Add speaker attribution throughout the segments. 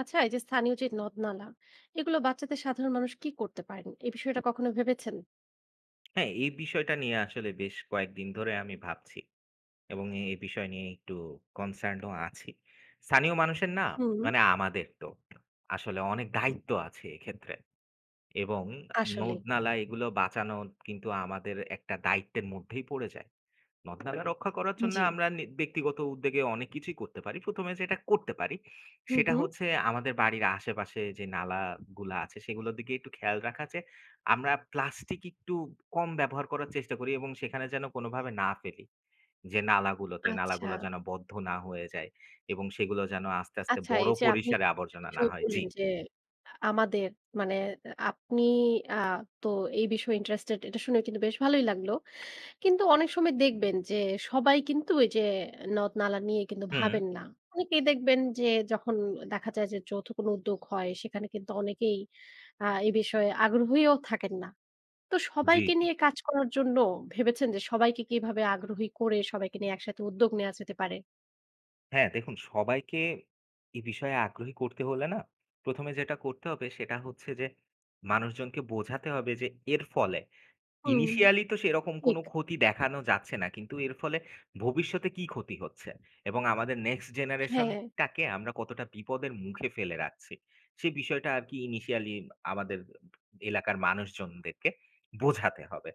Speaker 1: আচ্ছা, এই যে স্থানীয় যে নদ নালা এগুলো বাচ্চাদের সাধারণ মানুষ কি করতে পারেন, এই বিষয়টা কখনো ভেবেছেন?
Speaker 2: হ্যাঁ, এই বিষয়টা নিয়ে আসলে বেশ কয়েকদিন ধরে আমি ভাবছি এবং এই বিষয় নিয়ে একটু কনসার্ন ও আছি। স্থানীয় মানুষের না
Speaker 1: হুম।
Speaker 2: মানে আমাদের তো আসলে অনেক দায়িত্ব আছে এক্ষেত্রে। এবং
Speaker 1: আসলে।
Speaker 2: নদ-নালা এগুলো বাঁচানো কিন্তু আমাদের একটা দায়িত্বের মধ্যেই পড়ে যায়। নদ-নালা রক্ষা করার জন্য
Speaker 1: জি।
Speaker 2: আমরা ব্যক্তিগত উদ্যোগে অনেক কিছুই করতে পারি। ১ম এ যেটা করতে পারি
Speaker 1: হুম,
Speaker 2: সেটা
Speaker 1: হুম।
Speaker 2: হচ্ছে আমাদের বাড়ির আশেপাশে যে নালাগুলা আছে সেগুলোর দিকে একটু খেয়াল রাখা যে আমরা প্লাস্টিক একটু কম ব্যবহার করার চেষ্টা করি এবং সেখানে যেন কোনোভাবে না ফেলি। যে নালাগুলোতে,
Speaker 1: আচ্ছা,
Speaker 2: নালাগুলো যেন বদ্ধ না হয়ে যায় এবং সেগুলো যেন আস্তে, আস্তে
Speaker 1: আচ্ছা,
Speaker 2: বড়
Speaker 1: এই যে আপনি
Speaker 2: পরিসরে
Speaker 1: একটা
Speaker 2: আবর্জনা না
Speaker 1: বিষয়
Speaker 2: হয়। জি।
Speaker 1: বললেন যে আমাদের, মানে আপনি আহ তো এই বিষয়ে ইন্টারেস্টেড, এটা শুনে কিন্তু বেশ ভালোই লাগলো। কিন্তু অনেক সময় দেখবেন যে সবাই কিন্তু ওই যে নদ নালা নিয়ে কিন্তু
Speaker 2: হুম।
Speaker 1: ভাবেন না। অনেকেই দেখবেন যে যখন দেখা যায় যে যৌথ কোনো উদ্যোগ হয় সেখানে কিন্তু অনেকেই এই বিষয়ে আগ্রহীও থাকেন না। তো
Speaker 2: জি,
Speaker 1: সবাইকে
Speaker 2: জি।
Speaker 1: নিয়ে কাজ করার জন্য ভেবেছেন যে সবাইকে কিভাবে আগ্রহী করে সবাইকে নিয়ে একসাথে উদ্যোগ নেওয়া যেতে পারে?
Speaker 2: হ্যাঁ, দেখুন সবাইকে এই বিষয়ে আগ্রহী করতে হলে না, ১ম এ যেটা করতে হবে সেটা হচ্ছে যে মানুষজনকে বোঝাতে হবে যে এর ফলে
Speaker 1: হুম,
Speaker 2: ইনিশিয়ালি তো সেরকম কোনো
Speaker 1: ঠিক।
Speaker 2: ক্ষতি দেখানো যাচ্ছে না। কিন্তু এর ফলে ভবিষ্যতে কি ক্ষতি হচ্ছে এবং আমাদের নেক্সট জেনারেশন
Speaker 1: হ্যাঁ।
Speaker 2: টাকে আমরা কতটা বিপদের মুখে ফেলে রাখছি। সে বিষয়টা আরকি ইনিশিয়ালি আমাদের এলাকার মানুষজনদেরকে বোঝাতে হবে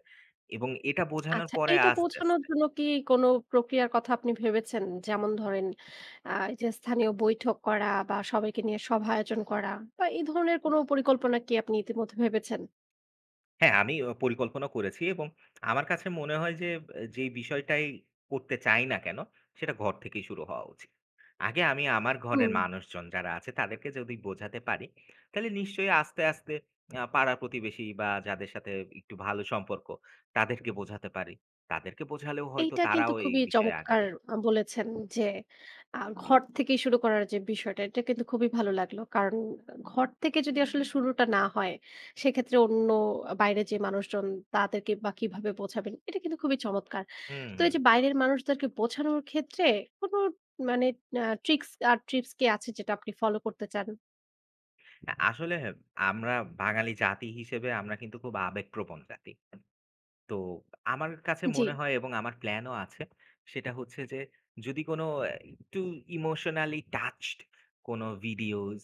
Speaker 2: এবং এটা বোঝানোর
Speaker 1: আচ্ছা,
Speaker 2: পরে
Speaker 1: এইটা
Speaker 2: আস্তে,
Speaker 1: পৌঁছানোর
Speaker 2: আস্তে।
Speaker 1: জন্য কি কোনো প্রক্রিয়ার কথা আপনি ভেবেছেন? যেমন ধরেন, এই যে স্থানীয় বৈঠক করা বা সবাইকে নিয়ে সভা আয়োজন করা বা এই ধরনের কোনো পরিকল্পনা কি আপনি ইতিমধ্যে ভেবেছেন?
Speaker 2: হ্যাঁ, আমি পরিকল্পনা করেছি এবং আমার কাছে মনে হয় যে যে বিষয়টাই করতে চাই না কেন, সেটা ঘর থেকেই শুরু হওয়া উচিত। আগে আমি আমার
Speaker 1: হুম।
Speaker 2: ঘরের মানুষজন যারা আছে তাদেরকে যদি বোঝাতে পারি, তাহলে নিশ্চয়ই আস্তে, আস্তে পাড়া-প্রতিবেশী বা যাদের সাথে একটু ভালো সম্পর্ক, তাদেরকে বোঝাতে পারি। তাদেরকে বোঝালেও হয়তো
Speaker 1: এইটা কিন্তু
Speaker 2: তারাও এই
Speaker 1: খুবই
Speaker 2: বিষয়ে
Speaker 1: চমৎকার
Speaker 2: আগাবে।
Speaker 1: বলেছেন যে
Speaker 2: জি।
Speaker 1: ঘর থেকেই শুরু করার যে বিষয়টা, এটা কিন্তু খুবই ভালো লাগলো। কারণ ঘর থেকে যদি আসলে শুরুটা না হয়, সেক্ষেত্রে অন্য বাইরে যে মানুষজন তাদেরকে বা কিভাবে বোঝাবেন? এটা কিন্তু খুবই চমৎকার।
Speaker 2: হুম,
Speaker 1: তো এই
Speaker 2: হুম।
Speaker 1: যে বাইরের মানুষদেরকে বোঝানোর ক্ষেত্রে কোনো মানে ট্রিক্স আর টিপস কি আছে যেটা আপনি ফলো করতে চান?
Speaker 2: আসলে আমরা বাঙালি জাতি হিসেবে আমরা কিন্তু খুব আবেগপ্রবণ জাতি। তো আমার কাছে
Speaker 1: জি।
Speaker 2: মনে হয় এবং আমার প্ল্যানও আছে। সেটা হচ্ছে যে যদি কোনো একটু ইমোশনালি টাচড কোনো ভিডিওস,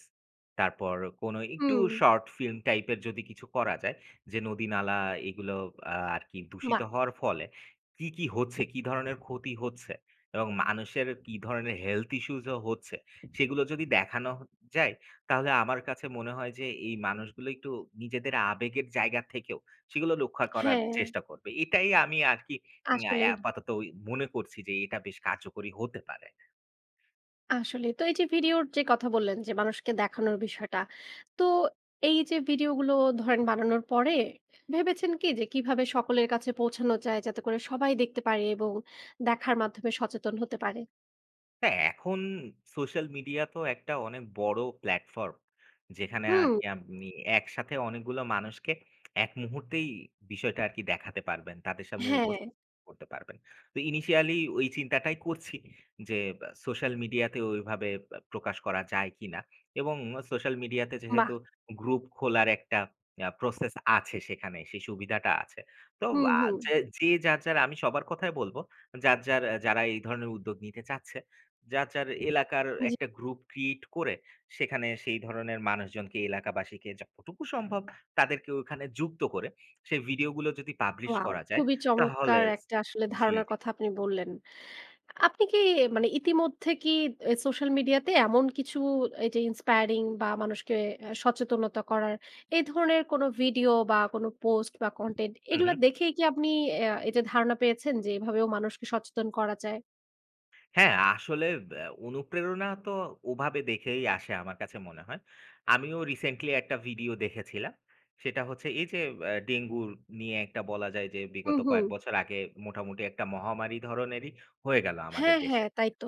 Speaker 2: তারপর কোনো একটু
Speaker 1: হুম,
Speaker 2: শর্ট ফিল্ম টাইপের যদি কিছু করা যায়, যে নদী-নালা এগুলো আরকি দূষিত
Speaker 1: বাহ!
Speaker 2: হওয়ার ফলে কি, কি হচ্ছে, কি ধরনের ক্ষতি হচ্ছে এবং মানুষের কি ধরনের হেলথ ইস্যুস ও হচ্ছে, সেগুলো যদি দেখানো যায়, তাহলে আমার কাছে মনে হয় যে এই মানুষগুলো একটু নিজেদের আবেগের জায়গা থেকেও সেগুলো রক্ষা করার
Speaker 1: হ্যাঁ,
Speaker 2: চেষ্টা করবে। এটাই আমি আরকি
Speaker 1: আসলেই।
Speaker 2: আপাতত মনে করছি যে এটা বেশ কার্যকরী হতে পারে।
Speaker 1: আসলে তো এই যে ভিডিওর যে কথা বললেন যে মানুষকে দেখানোর বিষয়টা। তো এই যে ভিডিওগুলো ধরেন বানানোর পরে ভেবেছেন কি যে কিভাবে সকলের কাছে পৌঁছানো যায় যাতে করে সবাই দেখতে পারে এবং দেখার মাধ্যমে সচেতন হতে পারে?
Speaker 2: হ্যাঁ, এখন সোশ্যাল মিডিয়া তো একটা অনেক বড় প্ল্যাটফর্ম। যেখানে
Speaker 1: হুম,
Speaker 2: আরকি আপনি একসাথে অনেকগুলো মানুষকে এক মুহূর্তেই বিষয়টা আরকি দেখাতে পারবেন। তাদের সামনে
Speaker 1: হ্যাঁ,
Speaker 2: উপস্থাপন করতে পারবেন। তো ইনিশিয়ালি ওই চিন্তাটাই করছি যে বা সোশ্যাল মিডিয়াতে ওইভাবে বা প্রকাশ করা যায় কিনা? এবং সোশ্যাল মিডিয়াতে
Speaker 1: বাহ!
Speaker 2: যেহেতু গ্রুপ খোলার একটা প্রসেস আছে সেখানে, সেই সুবিধাটা আছে। তো
Speaker 1: হুম,
Speaker 2: আ
Speaker 1: হুম।
Speaker 2: যে যে যার, যার আমি সবার কথাই বলব। যার, যার যারা এই ধরনের উদ্যোগ নিতে চাচ্ছে যার, যার এলাকার
Speaker 1: জি,
Speaker 2: একটা গ্রুপ ক্রিয়েট করে সেখানে সেই ধরনের মানুষজনকে এলাকাবাসীকে যতটুকু সম্ভব তাদেরকে ওখানে যুক্ত করে সেই ভিডিওগুলো যদি পাবলিশ
Speaker 1: ওয়াও!
Speaker 2: করা যায়
Speaker 1: খুবই
Speaker 2: তাহলে।
Speaker 1: চমৎকার একটা আসলে
Speaker 2: জি,
Speaker 1: ধারণার
Speaker 2: জি।
Speaker 1: কথা আপনি বললেন। আপনি কি মানে ইতিমধ্যে কি এ সোশ্যাল মিডিয়াতে এমন কিছু এই যে ইন্সপায়ারিং বা মানুষকে সচেতনতা করার এই ধরনের কোনো ভিডিও বা কোনো পোস্ট বা কনটেন্ট
Speaker 2: হুম,
Speaker 1: এগুলা
Speaker 2: হুম।
Speaker 1: দেখেই কি আপনি এই যে ধারণা পেয়েছেন যে এভাবেও মানুষকে সচেতন করা যায়?
Speaker 2: হ্যাঁ, আসলে অনুপ্রেরণা তো ওভাবে দেখেই আসে আমার কাছে মনে হয়। আমিও রিসেন্টলি একটা ভিডিও দেখেছিলাম। সেটা হচ্ছে এই যে ডেঙ্গুর নিয়ে একটা বলা যায় যে
Speaker 1: হুম,
Speaker 2: বিগত
Speaker 1: হুম।
Speaker 2: কয়েক বছর আগে মোটামুটি একটা মহামারী ধরনেরই হয়ে গেল আমাদের
Speaker 1: হ্যাঁ,
Speaker 2: দেশে।
Speaker 1: হ্যাঁ, তাই তো।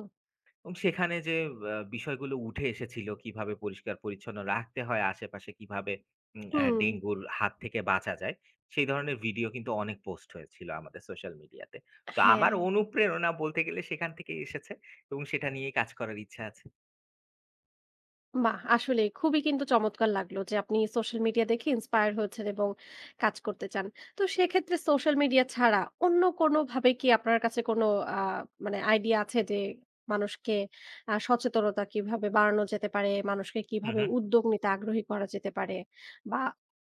Speaker 2: এবং সেখানে যে বিষয়গুলো উঠে এসেছিল, কিভাবে পরিষ্কার-পরিচ্ছন্ন রাখতে হয় আশেপাশে, কিভাবে উম আ
Speaker 1: হুম,
Speaker 2: ডেঙ্গুর হাত থেকে বাঁচা যায়, সেই ধরনের ভিডিও কিন্তু অনেক পোস্ট হয়েছিল আমাদের সোশ্যাল মিডিয়াতে। তো আমার
Speaker 1: হ্যাঁ।
Speaker 2: অনুপ্রেরণা বলতে গেলে সেখান থেকেই এসেছে এবং সেটা নিয়েই কাজ করার ইচ্ছা আছে।
Speaker 1: বাহ! আসলেই খুবই কিন্তু চমৎকার লাগলো যে আপনি সোশ্যাল মিডিয়া দেখে ইন্সপায়ার হয়েছেন এবং কাজ করতে চান। তো সেক্ষেত্রে সোশ্যাল মিডিয়া ছাড়া অন্য কোনোভাবে কি আপনার কাছে কোনো আ মানে আইডিয়া আছে যে মানুষকে সচেতনতা কিভাবে বাড়ানো যেতে পারে? মানুষকে
Speaker 2: হু,
Speaker 1: কিভাবে
Speaker 2: হু।
Speaker 1: উদ্যোগ নিতে আগ্রহী করা যেতে পারে? বা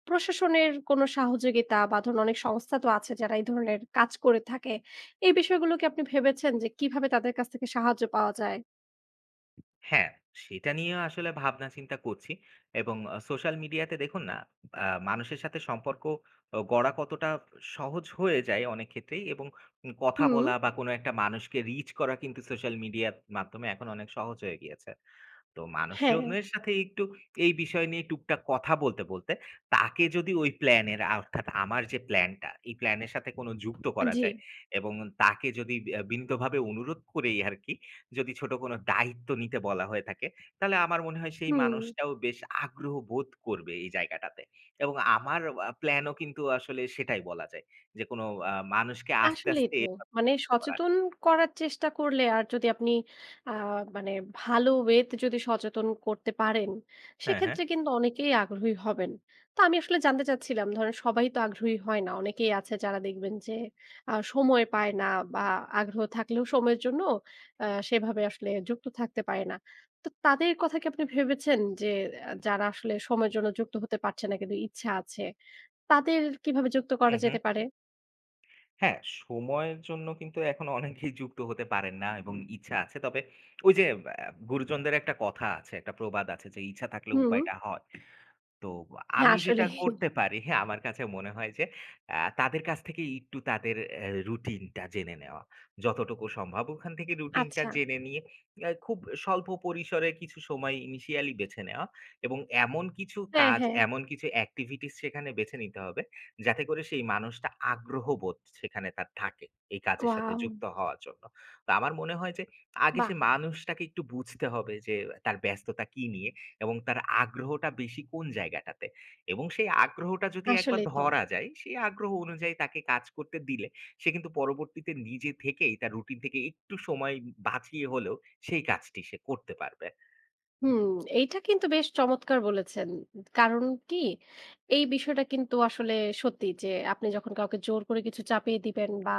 Speaker 1: প্রশাসনের কোনো সহযোগিতা বা ধরুন অনেক সংস্থা তো আছে যারা এই ধরনের কাজ করে থাকে। এই বিষয়গুলো কি আপনি ভেবেছেন যে কিভাবে তাদের কাছ থেকে সাহায্য পাওয়া যায়?
Speaker 2: হ্যাঁ, সেটা নিয়ে আসলে ভাবনা চিন্তা করছি এবং সোশ্যাল মিডিয়াতে দেখুন না, মানুষের সাথে সম্পর্ক গড়া কতটা সহজ হয়ে যায় অনেক ক্ষেত্রেই এবং কথা
Speaker 1: হুম।
Speaker 2: বলা বা কোনো একটা মানুষকে রিচ করা কিন্তু সোশ্যাল মিডিয়ার মাধ্যমে এখন অনেক সহজ হয়ে গিয়েছে। তো
Speaker 1: হ্যাঁ,
Speaker 2: মানুষজনের সাথে একটু এই বিষয় নিয়ে টুকটাক কথা বলতে, বলতে তাকে যদি ওই প্ল্যানের অর্থাৎ আমার যে প্ল্যানটা, এই প্ল্যানের সাথে কোনো যুক্ত করা
Speaker 1: জি।
Speaker 2: যায় এবং তাকে যদি বিনীতভাবে অনুরোধ করেই আরকি যদি ছোট কোনো দায়িত্ব নিতে বলা হয়ে থাকে, তাহলে আমার মনে হয় সেই
Speaker 1: হুম।
Speaker 2: মানুষটাও বেশ আগ্রহ বোধ করবে এই জায়গাটাতে। এবং আমার প্ল্যানও কিন্তু আসলে সেটাই বলা যায় যে কোনো মানুষকে আস্তে,
Speaker 1: আসলেই
Speaker 2: আস্তে
Speaker 1: তো।
Speaker 2: এভাবে
Speaker 1: মানে
Speaker 2: যুক্ত করা।
Speaker 1: সচেতন করার চেষ্টা করলে আর যদি আপনি আ মানে ভালো ওয়েতে যদি সচেতন করতে পারেন,
Speaker 2: হ্যাঁ, হ্যাঁ।
Speaker 1: সেক্ষেত্রে কিন্তু অনেকেই আগ্রহী হবেন। তো আমি আসলে জানতে চাচ্ছিলাম, ধরেন সবাই তো আগ্রহী হয় না। অনেকেই আছে যারা দেখবেন যে সময় পায় না বা আগ্রহ থাকলেও সময়ের জন্য সেভাবে আসলে যুক্ত থাকতে পারে না। তো তাদের কথা কি আপনি ভেবেছেন যে যারা আসলে সময়ের জন্য যুক্ত হতে পারছে না কিন্তু ইচ্ছা আছে, তাদের কিভাবে যুক্ত
Speaker 2: হু,
Speaker 1: করা
Speaker 2: হু।
Speaker 1: যেতে পারে?
Speaker 2: হ্যাঁ, সময়ের জন্য কিন্তু এখনো অনেকেই যুক্ত হতে পারেন না এবং ইচ্ছা আছে। তবে ওই যে আ গুরুজনদের একটা কথা আছে, একটা প্রবাদ আছে যে, "ইচ্ছা থাকলে
Speaker 1: হুম,
Speaker 2: উপায়টা হয়।" তো
Speaker 1: হ্যাঁ
Speaker 2: আমি যেটা
Speaker 1: আসলেই।
Speaker 2: করতে পারি, হ্যাঁ, আমার কাছে মনে হয় যে তাদের কাছ থেকে একটু তাদের রুটিনটা জেনে নেওয়া। যতটুকু সম্ভব ওখান থেকে রুটিনটা
Speaker 1: আচ্ছা।
Speaker 2: জেনে নিয়ে খুব স্বল্প পরিসরে কিছু সময় ইনিশিয়ালি বেছে নেওয়া এবং এমন কিছু
Speaker 1: হ্যাঁ,
Speaker 2: কাজ,
Speaker 1: হ্যাঁ।
Speaker 2: এমন কিছু অ্যাক্টিভিটিস সেখানে বেছে নিতে হবে যাতে করে সেই মানুষটা আগ্রহবোধ সেখানে তার থাকে এই কাজের সাথে
Speaker 1: ওয়াও!
Speaker 2: যুক্ত হওয়ার জন্য। তো আমার মনে হয় যে আগে
Speaker 1: বাহ!
Speaker 2: সে মানুষটাকে একটু বুঝতে হবে যে তার ব্যস্ততা কী নিয়ে? এবং তার আগ্রহটা বেশি কোন জায়গাটাতে? এবং সেই আগ্রহটা যদি একবার
Speaker 1: আসলেই তো।
Speaker 2: ধরা যায়, সেই আগ্রহ অনুযায়ী তাকে কাজ করতে দিলে, সে কিন্তু পরবর্তীতে নিজে থেকেই তার রুটিন থেকে একটু সময় বাঁচিয়ে হলেও সেই কাজটি সে করতে পারবে।
Speaker 1: হুম, এইটা কিন্তু বেশ চমৎকার বলেছেন। কারণ কি? এই বিষয়টা কিন্তু আসলে সত্যি যে আপনি যখন কাউকে জোর করে কিছু চাপিয়ে দিবেন বা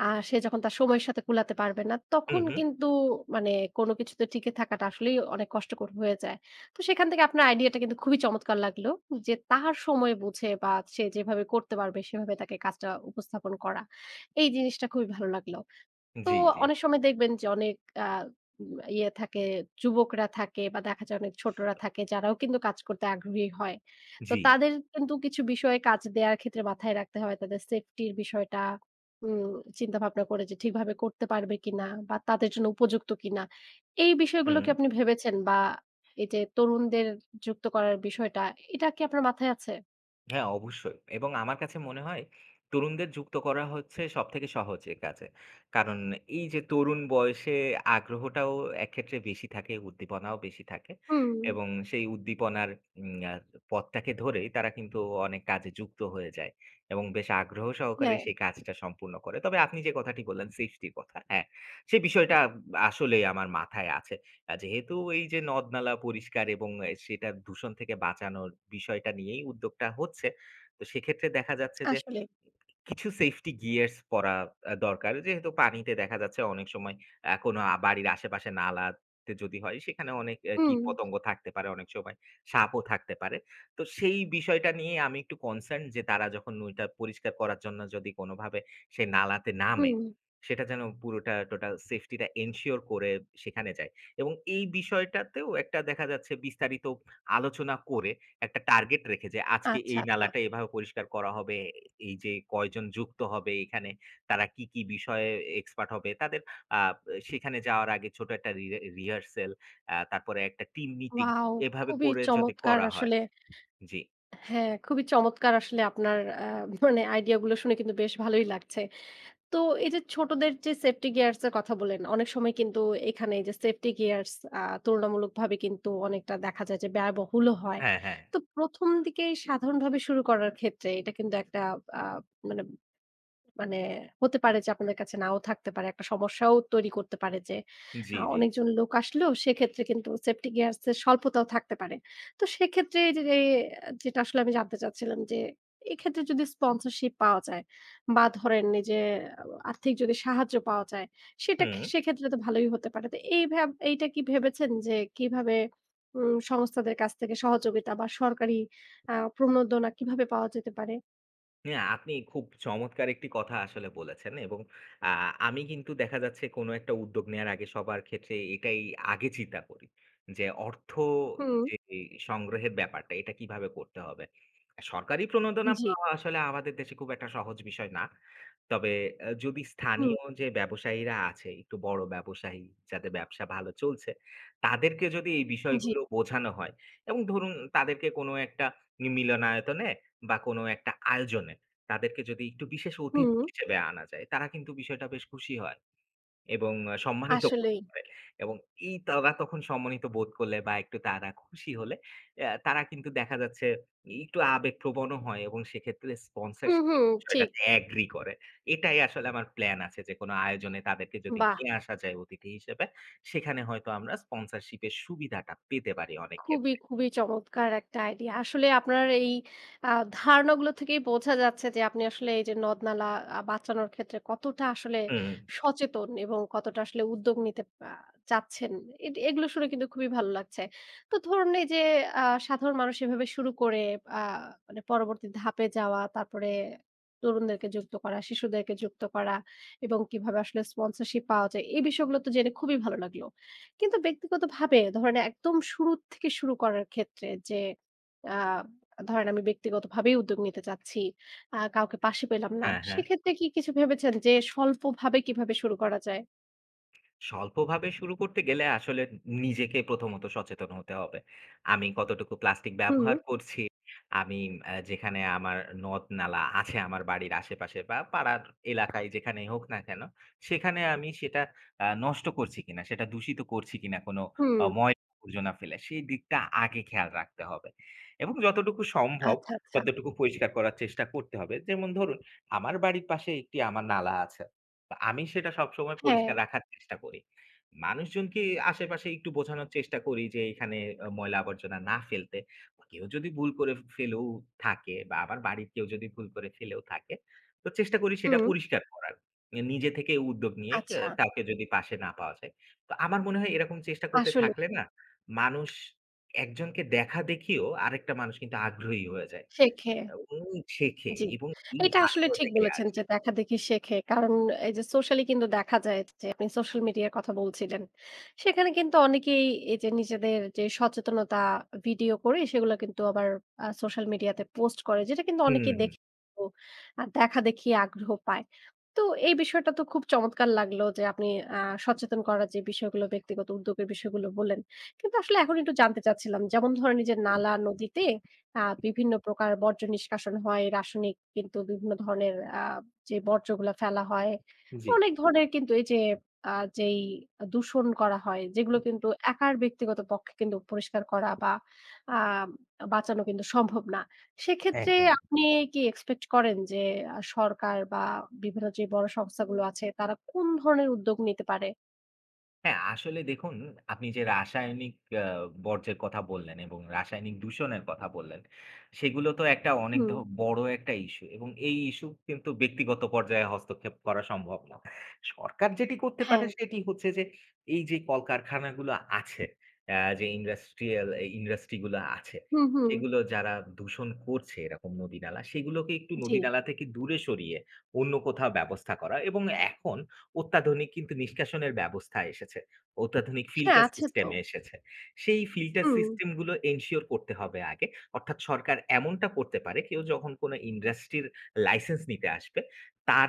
Speaker 1: সে যখন তার সময়ের সাথে কুলাতে পারবে না,
Speaker 2: হু,
Speaker 1: তখন
Speaker 2: হু।
Speaker 1: কিন্তু মানে কোনো কিছুতে টিকে থাকাটা আসলেই অনেক কষ্টকর হয়ে যায়। তো সেখান থেকে আপনার আইডিয়াটা কিন্তু খুবই চমৎকার লাগলো যে তার সময় বুঝে বা সে যেভাবে করতে পারবে সেভাবে তাকে কাজটা উপস্থাপন করা। এই জিনিসটা খুবই ভালো লাগলো। তো
Speaker 2: জি, জি,
Speaker 1: অনেক সময় দেখবেন যে অনেক আ উম ইয়ে থাকে, যুবকরা থাকে বা দেখা যায় অনেক ছোটরা থাকে যারাও কিন্তু কাজ করতে আগ্রহী হয়। তো
Speaker 2: জি।
Speaker 1: তাদের কিন্তু কিছু বিষয়ে কাজ দেয়ার ক্ষেত্রে মাথায় রাখতে হয় তাদের সেফটির বিষয়টা উম চিন্তাভাবনা করে যে ঠিকভাবে করতে পারবে কিনা বা তাদের জন্য উপযুক্ত কিনা। এই বিষয়গুলো
Speaker 2: হুম।
Speaker 1: কি আপনি ভেবেছেন বা এই যে তরুণদের যুক্ত করার বিষয়টা, এটা কি আপনার মাথায় আছে?
Speaker 2: হ্যাঁ, অবশ্যই। এবং আমার কাছে মনে হয় তরুণদের যুক্ত করা হচ্ছে সবথেকে সহজ এ কাজে। কারণ এই যে তরুণ বয়সে আগ্রহটাও একক্ষেত্রে বেশি থাকে, উদ্দীপনাও বেশি থাকে।
Speaker 1: হুম,
Speaker 2: এবং সেই উদ্দীপনার উম আ পথটাকে ধরেই তারা কিন্তু অনেক কাজে যুক্ত হয়ে যায়। এবং বেশ আগ্রহ সহকারে
Speaker 1: হ্যাঁ,
Speaker 2: সেই কাজটা সম্পূর্ণ করে। তবে আপনি যে কথাটি বললেন সেফটির কথা, হ্যাঁ, সেই বিষয়টা আসলেই আমার মাথায় আছে। যেহেতু এই যে নদ-নালা পরিষ্কার এবং সেটা দূষণ থেকে বাঁচানোর বিষয়টা নিয়েই উদ্যোগটা হচ্ছে। তো সেক্ষেত্রে দেখা যাচ্ছে যে
Speaker 1: আসলে।
Speaker 2: কিছু সেফটি গিয়ার্স পরা দরকার। যেহেতু পানিতে দেখা যাচ্ছে অনেক সময় কোনো বাড়ির আশেপাশে নালাতে যদি হয় সেখানে অনেক
Speaker 1: হুম,
Speaker 2: কীটপতঙ্গ থাকতে পারে, অনেক সময় সাপও থাকতে পারে। তো সেই বিষয়টা নিয়ে আমি একটু কনসার্ন যে তারা যখন নইটা পরিষ্কার করার জন্য যদি কোনোভাবে সেই নালাতে নামে,
Speaker 1: হুম।
Speaker 2: সেটা যেন পুরোটা টোটাল সেফটিটা এনশিওর করে সেখানে যায়। এবং এই বিষয়টাতেও একটা দেখা যাচ্ছে বিস্তারিত আলোচনা করে একটা টার্গেট রেখে যে আজকে
Speaker 1: আচ্ছা,
Speaker 2: এই
Speaker 1: আচ্ছা।
Speaker 2: নালাটা এভাবে পরিষ্কার করা হবে। এই যে কয়জন যুক্ত হবে এখানে, তারা কি, কি বিষয়ে এক্সপার্ট হবে। তাদের আ সেখানে যাওয়ার আগে ছোট একটা রিহার্সাল, তারপরে একটা টিম মিটিং
Speaker 1: ওয়াও!
Speaker 2: এভাবে
Speaker 1: খুবই
Speaker 2: করে যদি
Speaker 1: চমৎকার
Speaker 2: করা হয়।
Speaker 1: আসলে।
Speaker 2: জি।
Speaker 1: হ্যাঁ, খুবই চমৎকার আসলে আপনার মানে আইডিয়া গুলো শুনে কিন্তু বেশ ভালোই লাগছে। তো এই যে ছোটদের যে সেফটি গিয়ারস এর কথা বললেন, অনেক সময় কিন্তু এখানে এই যে সেফটি গিয়ারস আ তুলনামূলকভাবে কিন্তু অনেকটা দেখা যায় যে ব্যয়বহুলও হয়।
Speaker 2: হ্যাঁ, হ্যাঁ।
Speaker 1: তো ১ম দিকে সাধারণভাবে শুরু করার ক্ষেত্রে এটা কিন্তু একটা আ মানে মানে হতে পারে যে আপনাদের কাছে নাও থাকতে পারে। একটা সমস্যাও তৈরি করতে পারে যে
Speaker 2: জি, জি।
Speaker 1: অনেকজন লোক আসলেও সেক্ষেত্রে কিন্তু সেফটি গিয়ারস এর স্বল্পতাও থাকতে পারে। তো সেক্ষেত্রে এই যে যে আহ, যেটা আসলে আমি জানতে চাচ্ছিলাম যে এক্ষেত্রে যদি স্পন্সরশিপ পাওয়া যায় বা ধরেন এই যে আহ, আর্থিক যদি সাহায্য পাওয়া যায়
Speaker 2: হুম।
Speaker 1: সেক্ষেত্রে তো ভালোই হতে পারে। তো এই ভাব এইটা কি ভেবেছেন যে কিভাবে সংস্থাদের কাছ থেকে সহযোগিতা বা সরকারি প্রণোদনা কিভাবে পাওয়া যেতে পারে?
Speaker 2: না, আপনি খুব চমৎকার একটি কথা আসলে বলেছেন এবং আ আমি কিন্তু দেখা যাচ্ছে কোনো একটা উদ্যোগ নেয়ার আগে সবার ক্ষেত্রে এটাই আগে চিন্তা করি। যে অর্থ
Speaker 1: হুম,
Speaker 2: যে সংগ্রহের ব্যাপারটা এটা কিভাবে করতে হবে। সরকারি প্রণোদনা
Speaker 1: জি,
Speaker 2: পাওয়া আসলে আমাদের দেশে খুব একটা সহজ বিষয় না। তবে যদি
Speaker 1: হুম,
Speaker 2: স্থানীয় যে ব্যবসায়ীরা আছে, একটু বড় ব্যবসায়ী যাদের ব্যবসা ভালো চলছে, তাদেরকে যদি এই
Speaker 1: জি।
Speaker 2: বিষয়গুলো বোঝানো হয় এবং ধরুন তাদেরকে কোনো একটা মিলনায়তনে বা কোনো একটা আয়োজনে তাদেরকে যদি একটু বিশেষ অতিথি
Speaker 1: হুম,
Speaker 2: হিসেবে আনা যায়, তারা কিন্তু বিষয়টা বেশ খুশি হয় এবং সম্মানিত বোধ
Speaker 1: আসলেই।
Speaker 2: করে এবং এই তারা তখন সম্মানিত বোধ করলে বা একটু তারা খুশি হলে তারা কিন্তু দেখা যাচ্ছে একটু আবেগপ্রবণও হয় এবং সেক্ষেত্রে
Speaker 1: হুম,
Speaker 2: স্পন্সরশিপ এর
Speaker 1: হুম, ঠিক।
Speaker 2: বিষয়টাতে এগ্রি করে। এটাই আসলে আমার প্ল্যান আছে যে কোনো আয়োজনে তাদেরকে যদি
Speaker 1: বাহ!
Speaker 2: নিয়ে আসা যায় অতিথি হিসেবে, সেখানে হয়তো আমরা স্পন্সরশিপ এর সুবিধাটা পেতে পারি অনেক
Speaker 1: খুবই,
Speaker 2: ক্ষেত্রে।
Speaker 1: খুবই চমৎকার একটা আইডিয়া। আসলে আপনার এই আ ধারণাগুলো থেকেই বোঝা যাচ্ছে যে আপনি আসলে এই যে নদ-নালা বাঁচানোর ক্ষেত্রে কতটা আসলে
Speaker 2: হুম,
Speaker 1: সচেতন এবং কতটা আসলে উদ্যোগ নিতে আ চাচ্ছেন। এগুলো শুনে কিন্তু খুবই ভালো লাগছে। তো ধরুন এই যে আ সাধারণ মানুষ এভাবে শুরু করে আ মানে পরবর্তী ধাপে যাওয়া, তারপরে তরুণদেরকে যুক্ত করা, শিশুদেরকে যুক্ত করা এবং কিভাবে আসলে স্পন্সরশিপ পাওয়া যায়, এই বিষয়গুলো তো জেনে খুবই ভালো লাগলো। কিন্তু ব্যক্তিগতভাবে ধরেন একদম শুরু থেকে শুরু করার ক্ষেত্রে যে আ ধরেন আমি ব্যক্তিগতভাবেই উদ্যোগ নিতে চাচ্ছি। কাউকে পাশে পেলাম না।
Speaker 2: হ্যাঁ, হ্যাঁ।
Speaker 1: সেক্ষেত্রে কি কিছু ভেবেছেন যে স্বল্পভাবে কিভাবে শুরু করা যায়?
Speaker 2: স্বল্পভাবে শুরু করতে গেলে আসলে নিজেকে প্রথমত সচেতন হতে হবে। আমি কতটুকু প্লাস্টিক
Speaker 1: হুম,
Speaker 2: ব্যবহার করছি? আমি যেখানে আমার নদ-নালা আছে আমার বাড়ির আশেপাশে বা পাড়ার এলাকায় যেখানেই হোক না কেন, সেখানে আমি সেটা নষ্ট করছি কিনা, সেটা দূষিত করছি কিনা কোনো
Speaker 1: হুম।
Speaker 2: ময়লা-আবর্জনা ফেলে, সেই দিকটা আগে খেয়াল রাখতে হবে। এবং যতটুকু সম্ভব
Speaker 1: আচ্ছা, আচ্ছা।
Speaker 2: ততটুকু পরিষ্কার করার চেষ্টা করতে হবে। যেমন ধরুন, আমার বাড়ির পাশে একটি আমার নালা আছে। আমি সেটা সবসময়
Speaker 1: হ্যাঁ,
Speaker 2: পরিষ্কার রাখার চেষ্টা করি। মানুষজনকে আশেপাশে একটু বোঝানোর চেষ্টা করি যে এখানে ময়লা আবর্জনা না ফেলতে। কেউ যদি ভুল করে ফেলেও থাকে বা আমার বাড়ির কেউ যদি ভুল করে ফেলেও থাকে, তো চেষ্টা করি সেটা
Speaker 1: হুম।
Speaker 2: পরিষ্কার করার। নিজে থেকে উদ্যোগ নিয়ে
Speaker 1: আচ্ছা।
Speaker 2: কাউকে যদি পাশে না পাওয়া যায়। তো আমার মনে হয় এরকম চেষ্টা করতে
Speaker 1: আসলে
Speaker 2: থাকলে না, মানুষ একজনকে দেখা দেখিয়েও আরেকটা মানুষ কিন্তু আগ্রহী হয়ে যায়।
Speaker 1: শেখে।
Speaker 2: এবং শেখে
Speaker 1: জি।
Speaker 2: এবং এই
Speaker 1: এটা আসলে
Speaker 2: আগ্রহ
Speaker 1: ঠিক
Speaker 2: থেকে
Speaker 1: বলেছেন যে
Speaker 2: আসে।
Speaker 1: দেখাদেখি শেখে। কারণ এই যে সোশ্যালি কিন্তু দেখা যায় যে আপনি সোশ্যাল মিডিয়ার কথা বলছিলেন। সেখানে কিন্তু অনেকেই এই যে নিজেদের যে সচেতনতা ভিডিও করে সেগুলো কিন্তু আবার সোশ্যাল মিডিয়াতে পোস্ট করে। যেটা কিন্তু
Speaker 2: হুম,
Speaker 1: অনেকেই
Speaker 2: হুম।
Speaker 1: দেখে তো দেখাদেখি আগ্রহ পায়। তো এই বিষয়টা তো খুব চমৎকার লাগলো যে আপনি আ সচেতন করার যে বিষয়গুলো ব্যক্তিগত উদ্যোগের বিষয়গুলো বললেন। কিন্তু আসলে এখন একটু জানতে চাচ্ছিলাম, যেমন ধরেন এই যে নালা নদীতে বিভিন্ন প্রকার বর্জ্য নিষ্কাশন হয়। রাসায়নিক কিন্তু বিভিন্ন ধরনের যে বর্জ্যগুলা ফেলা হয়।
Speaker 2: জি,
Speaker 1: অনেক ধরনের কিন্তু এই যে আ যেই দূষণ করা হয়, যেগুলো কিন্তু একার ব্যক্তিগত পক্ষে কিন্তু পরিষ্কার করা বা আ বাঁচানো কিন্তু সম্ভব না। সেক্ষেত্রে
Speaker 2: একদম।
Speaker 1: আপনি কি এক্সপেক্ট করেন যে সরকার বা বিভিন্ন যে বড় সংস্থাগুলো আছে তারা কোন ধরনের উদ্যোগ নিতে পারে?
Speaker 2: হ্যাঁ, আসলে দেখুন আপনি যে রাসায়নিক আ বর্জ্যের কথা বললেন এবং রাসায়নিক দূষণের কথা বললেন, সেগুলো তো একটা অনেক
Speaker 1: হুম।
Speaker 2: বড় একটা ইস্যু এবং এই ইস্যু কিন্তু ব্যক্তিগত পর্যায়ে হস্তক্ষেপ করা সম্ভব না। সরকার যেটি করতে পারে
Speaker 1: হ্যাঁ।
Speaker 2: সেটি হচ্ছে যে এই যে কলকারখানাগুলো আছে, যে ইন্ডাস্ট্রিয়াল এই ইন্ডাস্ট্রি গুলো আছে,
Speaker 1: হুম, হুম।
Speaker 2: সেগুলো যারা দূষণ করছে এরকম নদী-নালা, সেগুলোকে একটু
Speaker 1: জি।
Speaker 2: নদী-নালা থেকে দূরে সরিয়ে অন্য কোথাও ব্যবস্থা করা এবং এখন অত্যাধুনিক কিন্তু নিষ্কাশনের ব্যবস্থা এসেছে। অত্যাধুনিক
Speaker 1: হ্যাঁ,
Speaker 2: ফিল্টার
Speaker 1: আছে
Speaker 2: সিস্টেম
Speaker 1: তো।
Speaker 2: এসেছে। সেই ফিল্টার
Speaker 1: হুম।
Speaker 2: সিস্টেম গুলো এনশিওর করতে হবে আগে। অর্থাৎ সরকার এমনটা করতে পারে কেউ যখন কোন ইন্ডাস্ট্রির লাইসেন্স নিতে আসবে, তার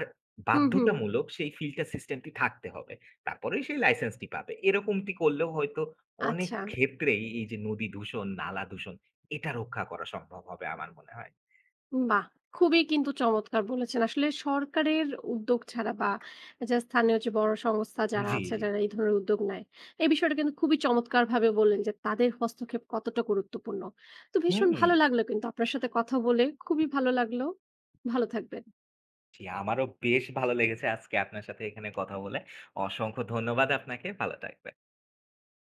Speaker 1: হুম, হুম।
Speaker 2: বাধ্যতামূলক সেই ফিল্টার সিস্টেমটি থাকতে হবে। তারপরেই সেই লাইসেন্সটি পাবে। এরকমটি করলেও হয়তো অনেক
Speaker 1: আচ্ছা।
Speaker 2: ক্ষেত্রেই এই যে নদী দূষণ, নালা দূষণ এটা রক্ষা করা সম্ভব হবে আমার মনে হয়।
Speaker 1: বাহ! খুবই কিন্তু চমৎকার বলেছেন। আসলে সরকারের উদ্যোগ ছাড়া বা যে স্থানীয় যে বড় সংস্থা যারা
Speaker 2: জি,
Speaker 1: আছে,
Speaker 2: জি।
Speaker 1: যারা এই ধরনের উদ্যোগ নেয়, এই বিষয়টা কিন্তু খুবই চমৎকারভাবে বললেন যে তাদের হস্তক্ষেপ কতটা গুরুত্বপূর্ণ। তো ভীষণ
Speaker 2: হুম।
Speaker 1: ভালো লাগলো কিন্তু আপনার সাথে কথা বলে। খুবই ভালো লাগলো। ভালো থাকবেন।
Speaker 2: জি, আমারও বেশ ভালো লেগেছে আজকে আপনার সাথে এখানে কথা বলে। অসংখ্য ধন্যবাদ আপনাকে। ভালো থাকবেন।